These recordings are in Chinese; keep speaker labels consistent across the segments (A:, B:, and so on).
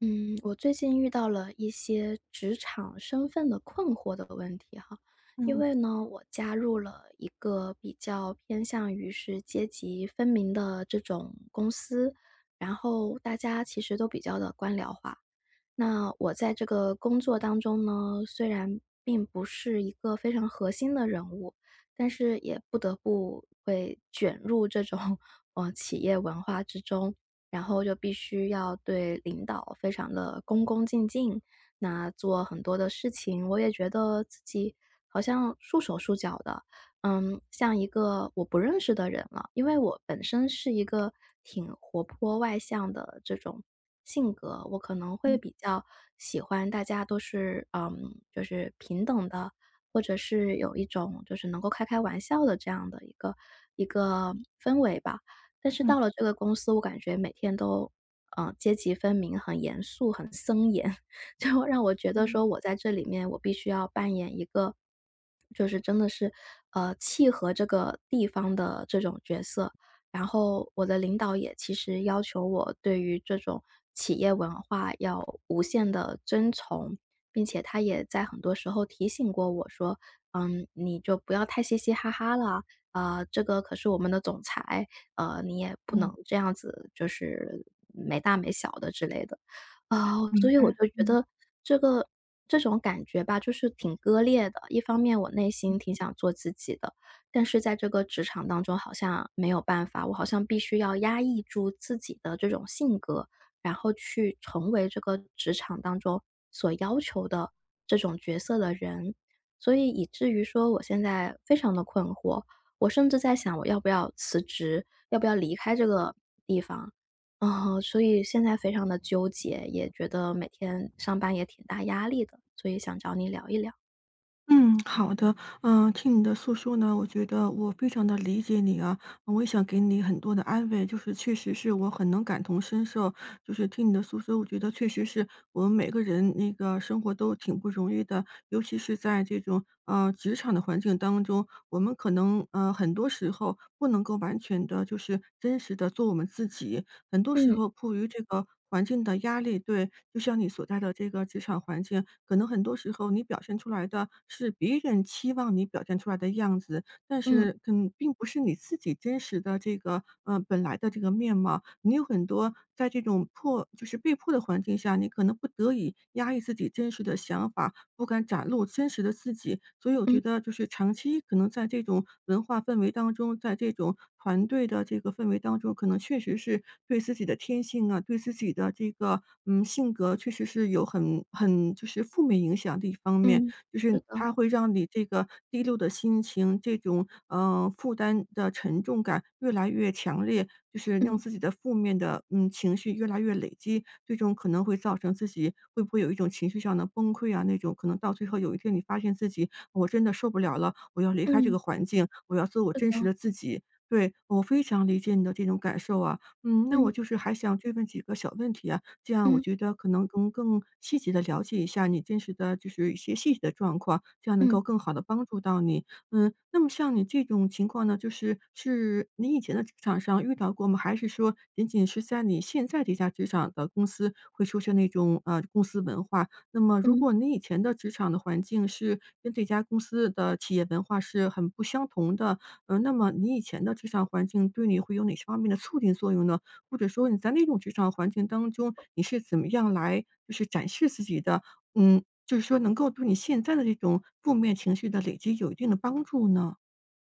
A: 嗯，我最近遇到了一些职场身份的困惑的问题哈，因
B: 嗯
A: 为呢，我加入了一个比较偏向于是阶级分明的这种公司，然后大家其实都比较的官僚化，那我在这个工作当中呢，虽然并不是一个非常核心的人物，但是也不得不会卷入这种企业文化之中，然后就必须要对领导非常的恭恭敬敬，那做很多的事情，我也觉得自己好像束手束脚的，嗯，像一个我不认识的人了。因为我本身是一个挺活泼外向的这种性格，我可能会
B: 嗯
A: 比较喜欢大家都是嗯，就是平等的，或者是有一种就是能够开开玩笑的这样的一个一个氛围吧。但是到
B: 嗯
A: 了这个公司，我感觉每天都，阶级分明，很严肃，很森严。就让我觉得
B: 嗯
A: 说我在这里面我必须要扮演一个，就是真的是，契合这个地方的这种角色。然后我的领导也其实要求我对于这种企业文化要无限的遵从，并且他也在很多时候提醒过我说：“嗯，你就不要太嘻嘻哈哈了，啊，这个可是我们的总裁，你也不能
B: 嗯，
A: 这样子就是没大没小的”之类的。啊，所
B: 明
A: 以我
B: 白。
A: 就觉
B: 嗯
A: 得这个这种感觉吧，就是挺割裂的。一方面我内心挺想做自己的，但是在这个职场当中好像没有办法，我好像必须要压抑住自己的这种性格，然后去成为这个职场当中所要求的这种角色的人。所以以至于说我现在非常的困惑，我甚至在想我要不要辞职，要不要离开这个地方。嗯，所以现在非常的纠结，也觉得每天上班也挺大压力的，所以想找你聊一聊。
B: 嗯，好的。听你的诉说呢，我觉得我非常的理解你啊，我也想给你很多的安慰，就是确实是我很能感同身受。就是听你的诉说，我觉得确实是我们每个人那个生活都挺不容易的，尤其是在这种，职场的环境当中，我们可能，很多时候不能够完全的就是真实的做我们自己。很多时
A: 嗯，
B: 候迫于这个环境的压力对，就像你所在的这个职场环境，可能很多时候你表现出来的是别人期望你表现出来的样子，但
A: 嗯，
B: 是嗯，并不是你自己真实的这个本来的这个面貌。你有很多在这种迫就是被迫的环境下，你可能不得已压抑自己真实的想法，不敢展露真实的自己。所以我
A: 嗯，
B: 觉得就是长期可能在这种文化氛围当中，在这种团队的这个氛围当中，可能确实是对自己的天性啊，对自己的这个嗯性格，确实是有很就是负面影响的一方面。
A: 嗯，
B: 就
A: 是
B: 是
A: 的，
B: 它会让你这个低落的心情，这种，嗯负担的沉重感越来越强烈，就是让
A: 嗯，
B: 自己的负面的，嗯，情绪越来越累积，最终可能会造成自己会不会有一种情绪上的崩溃啊，那种可能到最后有一天你发现自己，我真的受不了了，我要离开这
A: 嗯，
B: 个环境，我要做我
A: 是
B: 真实
A: 的，
B: 的自己。对，我非常理解你的这种感受啊，嗯，那我
A: 嗯，
B: 就是还想追问几个小问题啊，这样我
A: 嗯，
B: 觉得可能能更细节的了解一下你真实的就是一些细节的状况，这样能
A: 嗯，
B: 够更好的帮助到你。嗯，那么像你这种情况呢，就是你以前的职场上遇到过吗？还是说仅仅是在你现在这家职场的公司会出现那种，公司文化？那么如
A: 嗯。
B: 果你以前的职场的环境是跟这家公司的企业文化是很不相同的，嗯，那么你以前的职场环境对你会有哪些方面的促进作用呢？或者说你在那种职场环境当中，你是怎么样来就是展示自己的？嗯，就是说能够对你现在的这种负面情绪的累积有一定的帮助呢？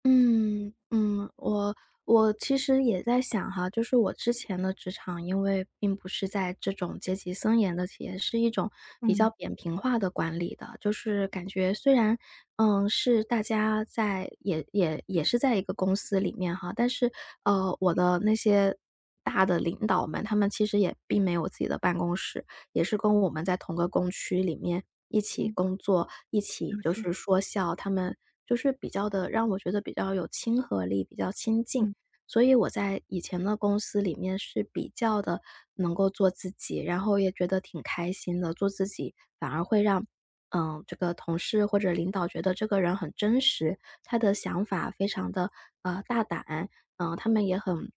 A: 嗯嗯，我其实也在想哈，就是我之前的职场，因为并不是在这种阶级森严的企业，是一种比较
B: 嗯
A: 扁平化的管理的，就是感觉虽然，嗯，是大家在也是在一个公司里面哈，但是我的那些。大的领导们，他们其实也并没有自己的办公室，也是跟我们在同个工区里面一起
B: 嗯，
A: 工作，一
B: 对
A: 起
B: 不
A: 就
B: 起，
A: 是说笑，他们就是比较的让我觉得比较有亲和力，比较亲近。
B: 嗯。
A: 所以我在以前的公司里面是比较的能够做自己，然后也觉得挺开心的，做自己反而会让嗯，这个同事或者领导觉得这个人很真实，他的想法非常的大胆，嗯、他们也很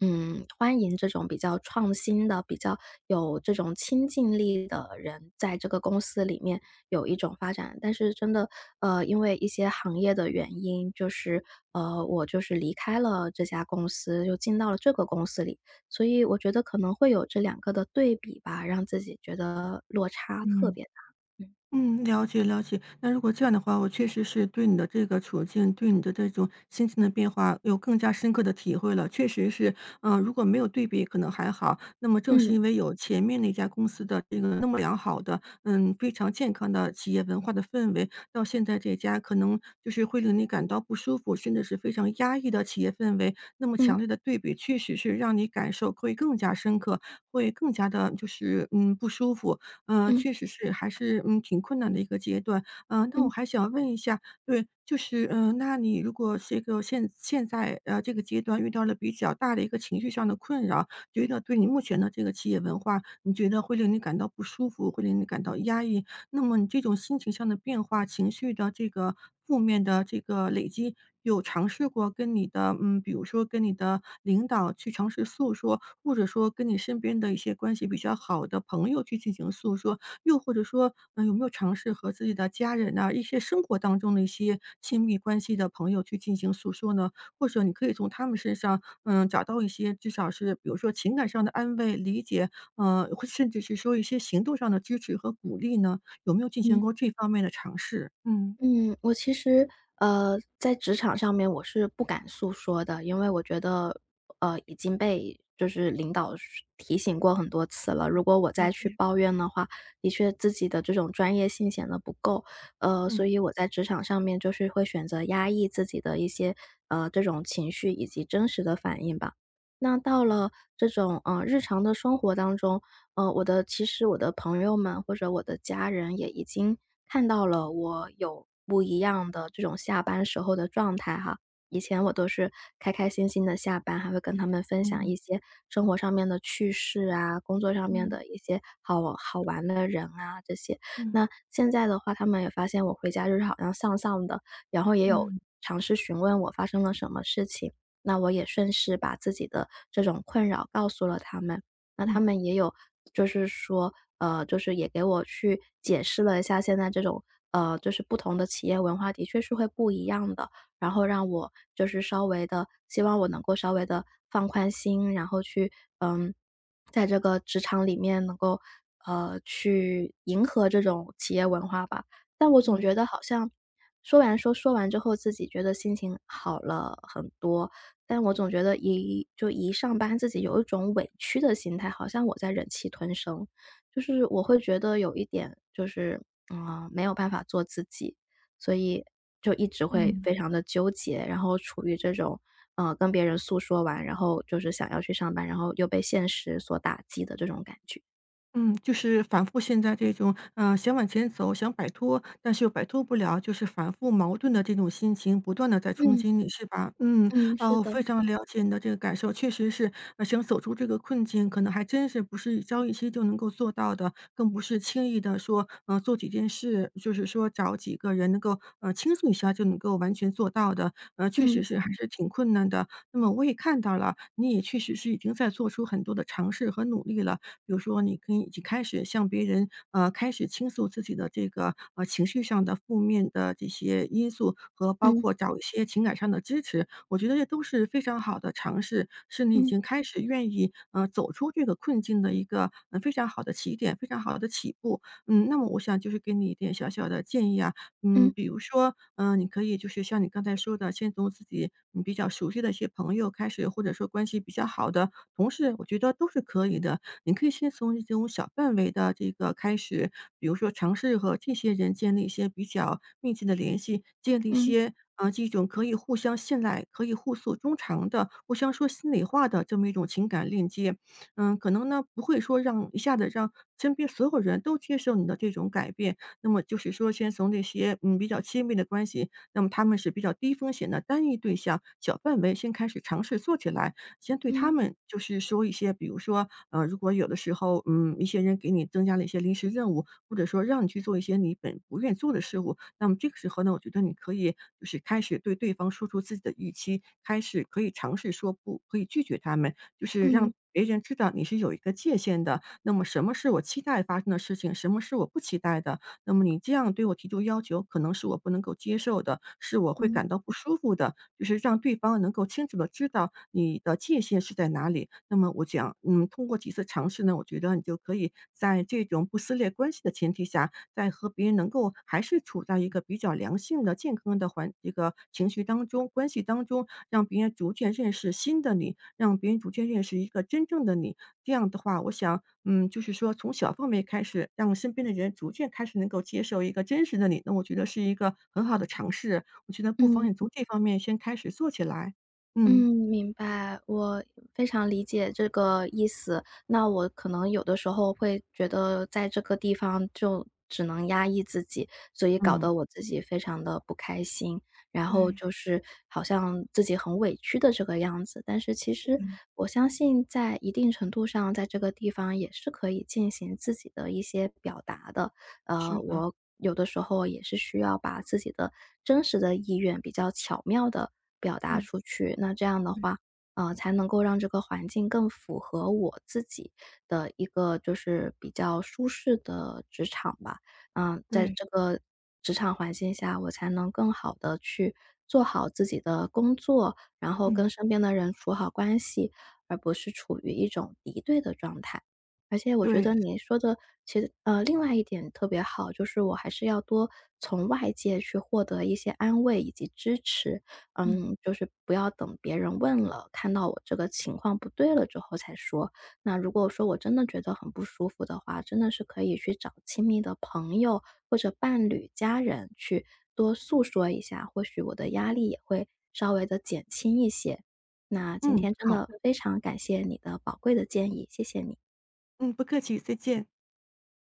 A: 欢迎这种比较创新的、比较有这种亲近力的人在这个公司里面有一种发展。但是真的因为一些行业的原因，就是我就是离开了这家公司，又进到了这个公司里，所以我觉得可能会有这两个的对比吧，让自己觉得落差特
B: 嗯。
A: 别大。嗯
B: 嗯，了解了解。那如果这样的话，我确实是对你的这个处境，对你的这种心情的变化有更加深刻的体会了。确实是，嗯，如果没有对比可能还好，那么正是
A: 嗯
B: 因为有前面那家公司的这个那么良好的，嗯，非常健康的企业文化的氛围，到现在这家可能就是会令你感到不舒服，甚至是非常压抑的企业氛围，那么
A: 嗯
B: 强烈的对比，确实是让你感受会更加深刻，会更加的就是嗯不舒服。嗯，
A: 嗯
B: 确实是，还是，嗯，挺困难的一个阶段。嗯，那我
A: 嗯
B: 还想问一下，对，就是，嗯，那你如果这个现在，这个阶段遇到了比较大的一个情绪上的困扰，觉得对你目前的这个企业文化，你觉得会令你感到不舒服，会令你感到压抑，那么你这种心情上的变化，情绪的这个负面的这个累积，有尝试过跟你的嗯，比如说跟你的领导去尝试诉说，或者说跟你身边的一些关系比较好的朋友去进行诉说，又或者说，嗯有没有尝试和自己的家人呐，一些生活当中的一些亲密关系的朋友去进行诉说呢？或者你可以从他们身上，嗯，找到一些至少是比如说情感上的安慰、理解，或甚至是说一些行动上的支持和鼓励呢？有没有进行
A: 嗯。
B: 过这方面的尝试？嗯。
A: 嗯，我其实，在职场上面我是不敢诉说的，因为我觉得，已经被就是领导是提醒过很多次了。如果我
B: 了
A: 再去
B: 解，
A: 抱怨的话，的确自己的这种专业性显得不够。所
B: 嗯。
A: 以我在职场上面就是会选择压抑自己的一些，这种情绪以及真实的反应吧。那到了这种，日常的生活当中，我的其实我的朋友们或者我的家人也已经看到了我有不一样的这种下班时候的状态哈。以前我都是开开心心的下班，还会跟他们分享
B: 嗯
A: 一些生活上面的趣事啊，工作上面
B: 嗯
A: 的一些好好玩的人啊这些。
B: 嗯
A: 那
B: 嗯
A: 现在的话，他们也发现我回家就是好像丧丧的，然后也有
B: 嗯
A: 尝试询问我发生了什么事情，那我也顺势把自己的这种困扰告诉了他们。那他
B: 嗯
A: 们也有就是说，就是也给我去解释了一下现在这种，就是不同的企业文化的确是会不一样的，然后让我就是稍微的，希望我能够稍微的放宽心，然后去，嗯，在这个职场里面能够，去迎合这种企业文化吧。但我总
B: 嗯
A: 觉得好像说完之后，自己觉得心情好了很多，但我总觉得一上班自己有一种委屈的心态，好像我在忍气吞声。就是我会觉得有一点就是，嗯，没有办法做自己，所以就一直会
B: 嗯。
A: 非常的纠结，然后处于这种，跟别人诉说完，然后就是想要去上班，然后又被现实所打击的这种感觉。
B: 嗯，就是反复现在这种，想往前走，想摆脱，但是又摆脱不了，就是反复矛盾的这种心情，不断的在冲
A: 嗯，
B: 击你，是吧？嗯，
A: 嗯，是
B: 哦，
A: 的，
B: 非常了解你的这个感受，确实是，想走出这个困境，可能还真是不是一朝一夕就能够做到的，更不是轻易的说，做几件事，就是说找几个人能够，倾诉一下就能够完全做到的，确
A: 嗯，
B: 实是还是挺困难的。那么我也看到了，你也确实是已经在做出很多的尝试和努力了。比如说你可以已经开始向别人，开始倾诉自己的这个，情绪上的负面的这些因素，和包
A: 嗯，
B: 括找一些情感上的支持，我觉得这都是非常好的尝试，是你已
A: 嗯，
B: 经开始愿意，走出这个困境的一个，非常好的起点，非常好的起步。嗯，那么我想就是给你一点小小的建议啊，嗯，
A: 嗯，
B: 比如说，嗯，你可以就是像你刚才说的，先从自己嗯比较熟悉的一些朋友开始，或者说关系比较好的同事，我觉得都是可以的。你可以先从这种小范围的这个开始，比如说尝试和这些人建立一些比较密切的联系，建立一
A: 嗯，
B: 些这种可以互相信赖、可以互诉衷肠的、互相说心里话的这么一种情感链接。嗯，可能呢不会说一下子让身边所有人都接受你的这种改变，那么就是说先从那些，嗯，比较亲密的关系，那么他们是比较低风险的单一对象，小范围先开始尝试做起来。先对他
A: 嗯，
B: 们就是说一些，比如说，如果有的时候，嗯，一些人给你增加了一些临时任务，或者说让你去做一些你本不愿做的事物，那么这个时候呢，我觉得你可以就是开始对对方说出自己的预期，开始可以尝试说不，可以拒绝他们，就是
A: 嗯，
B: 让别人知道你是有一个界限的。那么什么是我期待发生的事情，什么是我不期待的，那么你这样对我提出要求，可能是我不能够接受的，是我会
A: 嗯，嗯
B: 感到不舒服的。就是让对方能够清楚的知道你的界限是在哪里。那么我讲，嗯，通过几次尝试呢，我觉得你就可以在这种不撕裂关系的前提下，在和别人能够还是处在一个比较良性的、健康的这个情绪当中、关系当中，让别人逐渐认识新的你，让别人逐渐认识一个真正的你。这样的话，我想，嗯，就是说从小方面开始，让身边的人逐渐开始能够接受一个真实的你，那我觉得是一个很好的尝试。我觉得不妨
A: 嗯。
B: 也从这方面先开始做起来。
A: 嗯，
B: 嗯，
A: 明白，我非常理解这个意思。那我可能有的时候会觉得在这个地方就只能压抑自己，所以搞
B: 嗯，
A: 得我自己非常的不开心，然后
B: 对，
A: 就是好像自己很委屈的这个样子。但是其实
B: 嗯，
A: 我相信在一定程度上，在这个地方也是可以进行自己的一些表达的，
B: 是的，
A: 我有的时候也是需要把自己的真实的意愿比较巧妙的表达
B: 嗯
A: 出去，那这样的话，
B: 对
A: 才能够让这个环境更符合我自己的一个就是比较舒适的职场吧。嗯，在
B: 对
A: 这个职场环境下，我才能更好的去做好自己的工作，然后跟
B: 嗯，
A: 身边的人处好关系，而不是处于一种敌对的状态。而且我觉
B: 对，
A: 得你说的其实另外一点特别好，就是我还是要多从外界去获得一些安慰以及支持。
B: 嗯
A: 嗯，就是不要等别人问了，看到我这个情况不对了之后才说。那如果说我真的觉得很不舒服的话，真的是可以去找亲密的朋友或者伴侣、家人去多诉说一下，或许我的压力也会稍微的减轻一些。那今
B: 嗯，
A: 天真
B: 好
A: 的
B: 的，
A: 非常感谢你的宝贵的建议，谢谢你。
B: 嗯，不客气，再见。